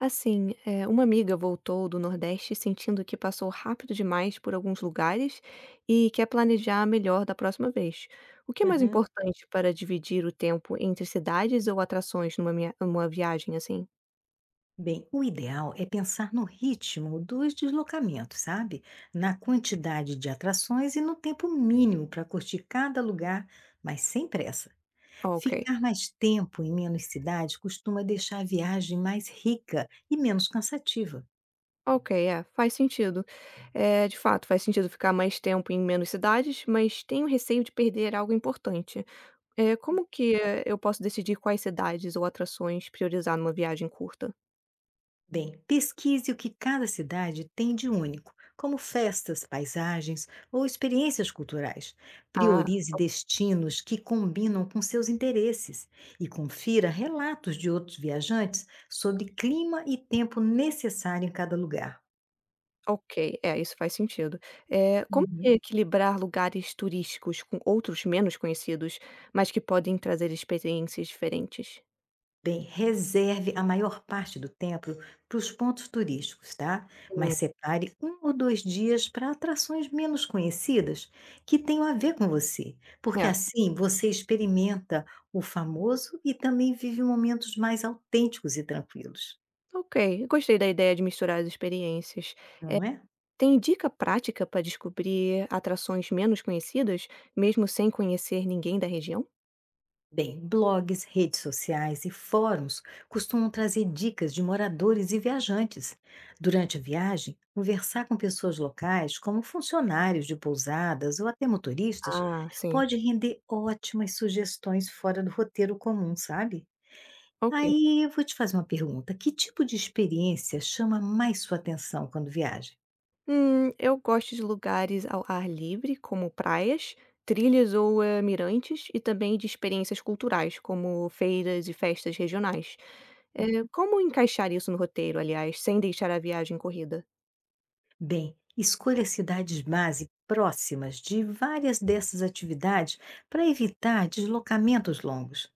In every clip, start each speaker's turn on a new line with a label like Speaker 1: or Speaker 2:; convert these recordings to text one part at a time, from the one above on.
Speaker 1: Assim, uma amiga voltou do Nordeste sentindo que passou rápido demais por alguns lugares e quer planejar melhor da próxima vez. O que é mais
Speaker 2: Aham.
Speaker 1: importante para dividir o tempo entre cidades ou atrações numa viagem assim?
Speaker 2: Bem, o ideal é pensar no ritmo dos deslocamentos, sabe? Na quantidade de atrações e no tempo mínimo para curtir cada lugar, mas sem pressa.
Speaker 1: Ok.
Speaker 2: Ficar mais tempo em menos cidade costuma deixar a viagem mais rica e menos cansativa.
Speaker 1: Ok, é, faz sentido. É, de fato, faz sentido ficar mais tempo em menos cidades, mas tenho receio de perder algo importante. É, como que eu posso decidir quais cidades ou atrações priorizar numa viagem curta?
Speaker 2: Bem, pesquise o que cada cidade tem de único, como festas, paisagens ou experiências culturais.
Speaker 1: Ah.
Speaker 2: Priorize destinos que combinam com seus interesses e confira relatos de outros viajantes sobre clima e tempo necessário em cada lugar.
Speaker 1: Ok, é, isso faz sentido. Eh, como que
Speaker 2: Uhum.
Speaker 1: equilibrar lugares turísticos com outros menos conhecidos, mas que podem trazer experiências diferentes?
Speaker 2: Bem, reserve a maior parte do tempo para os pontos turísticos, tá?
Speaker 1: Hum,
Speaker 2: Mas separe um ou dois dias para atrações menos conhecidas que tenham a ver com você, porque
Speaker 1: é,
Speaker 2: assim você experimenta o famoso e também vive momentos mais autênticos e tranquilos,
Speaker 1: ok, gostei da ideia de misturar as experiências.
Speaker 2: não é?
Speaker 1: Tem dica prática para descobrir atrações menos conhecidas, mesmo sem conhecer ninguém da região?
Speaker 2: Bem, blogs, redes sociais e fóruns costumam trazer dicas de moradores e viajantes. Durante a viagem, conversar com pessoas locais, como funcionários de pousadas ou até motoristas,
Speaker 1: Ah, sim.
Speaker 2: pode render ótimas sugestões fora do roteiro comum, sabe?
Speaker 1: Ok.
Speaker 2: Aí eu vou te fazer uma pergunta: que tipo de experiência chama mais sua atenção quando viaja?
Speaker 1: Eu gosto de lugares ao ar livre, como praias, trilhas ou mirantes, e também de experiências culturais, como feiras e festas regionais. Eh, como encaixar isso no roteiro, aliás, sem deixar a viagem corrida?
Speaker 2: Bem, escolha cidades base próximas de várias dessas atividades para evitar deslocamentos longos.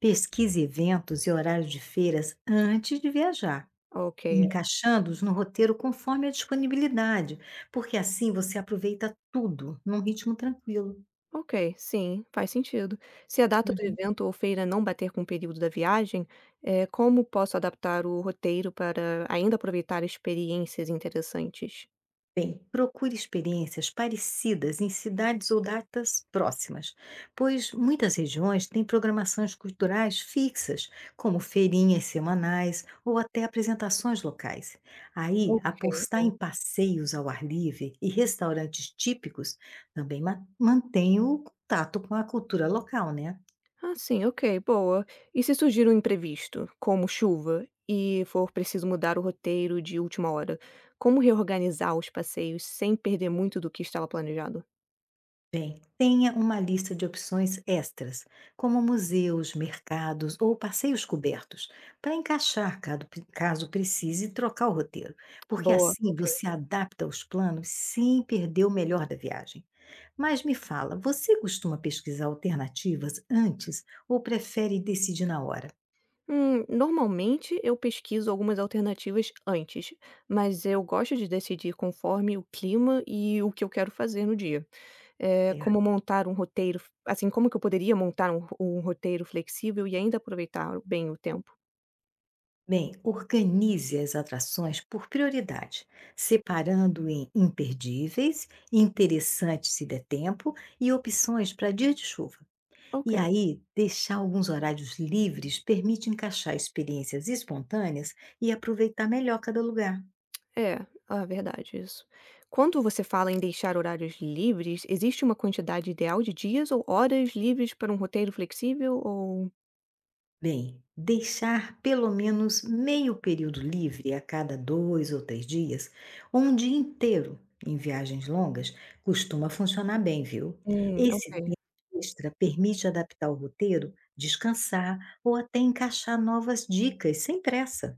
Speaker 2: Pesquise eventos e horários de feiras antes de viajar,
Speaker 1: Ok,
Speaker 2: encaixando-os no roteiro conforme a disponibilidade, porque assim você aproveita tudo num ritmo tranquilo.
Speaker 1: ok, sim, faz sentido. Se a data do evento ou feira não bater com o período da viagem, como posso adaptar o roteiro para ainda aproveitar experiências interessantes?
Speaker 2: Bem, procure experiências parecidas em cidades ou datas próximas, pois muitas regiões têm programações culturais fixas, como feirinhas semanais ou até apresentações locais. Aí,
Speaker 1: Ok.
Speaker 2: apostar em passeios ao ar livre e restaurantes típicos também mantém o contato com a cultura local, né?
Speaker 1: Ah, sim, ok, boa. E se surgir um imprevisto, como chuva, e for preciso mudar o roteiro de última hora, como reorganizar os passeios sem perder muito do que estava planejado?
Speaker 2: Bem, tenha uma lista de opções extras, como museus, mercados ou passeios cobertos, para encaixar caso precise trocar o roteiro, porque
Speaker 1: Boa,
Speaker 2: assim
Speaker 1: ok.
Speaker 2: você adapta os planos sem perder o melhor da viagem. Mas me fala, você costuma pesquisar alternativas antes ou prefere decidir na hora?
Speaker 1: Normalmente eu pesquiso algumas alternativas antes, mas eu gosto de decidir conforme o clima e o que eu quero fazer no dia. É, como montar um roteiro, assim, como que eu poderia montar um roteiro flexível e ainda aproveitar bem o tempo?
Speaker 2: Bem, organize as atrações por prioridade, separando em imperdíveis, interessantes se der tempo e opções para dia de chuva.
Speaker 1: Ok.
Speaker 2: E aí, deixar alguns horários livres permite encaixar experiências espontâneas e aproveitar melhor cada lugar.
Speaker 1: É, ah, verdade, isso. Quando você fala em deixar horários livres, existe uma quantidade ideal de dias ou horas livres para um roteiro flexível ou
Speaker 2: Bem, deixar pelo menos meio período livre a cada dois ou três dias, ou um dia inteiro em viagens longas, costuma funcionar bem, viu? Esse
Speaker 1: Ok.
Speaker 2: tempo extra permite adaptar o roteiro, descansar ou até encaixar novas dicas sem pressa.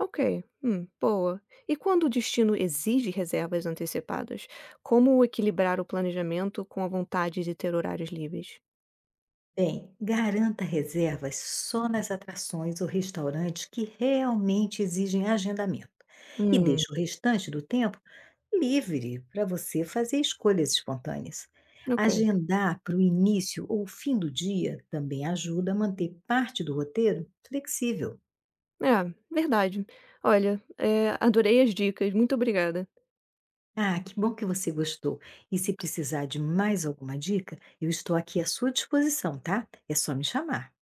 Speaker 1: Ok, boa. E quando o destino exige reservas antecipadas, como equilibrar o planejamento com a vontade de ter horários livres?
Speaker 2: Bem, garanta reservas só nas atrações ou restaurantes que realmente exigem agendamento e
Speaker 1: Hum,
Speaker 2: deixe o restante do tempo livre para você fazer escolhas espontâneas.
Speaker 1: ok.
Speaker 2: Agendar para o início ou fim do dia também ajuda a manter parte do roteiro flexível.
Speaker 1: É, verdade. Olha, é, adorei as dicas, muito obrigada.
Speaker 2: Ah, que bom que você gostou! E se precisar de mais alguma dica, eu estou aqui à sua disposição, tá? É só me chamar.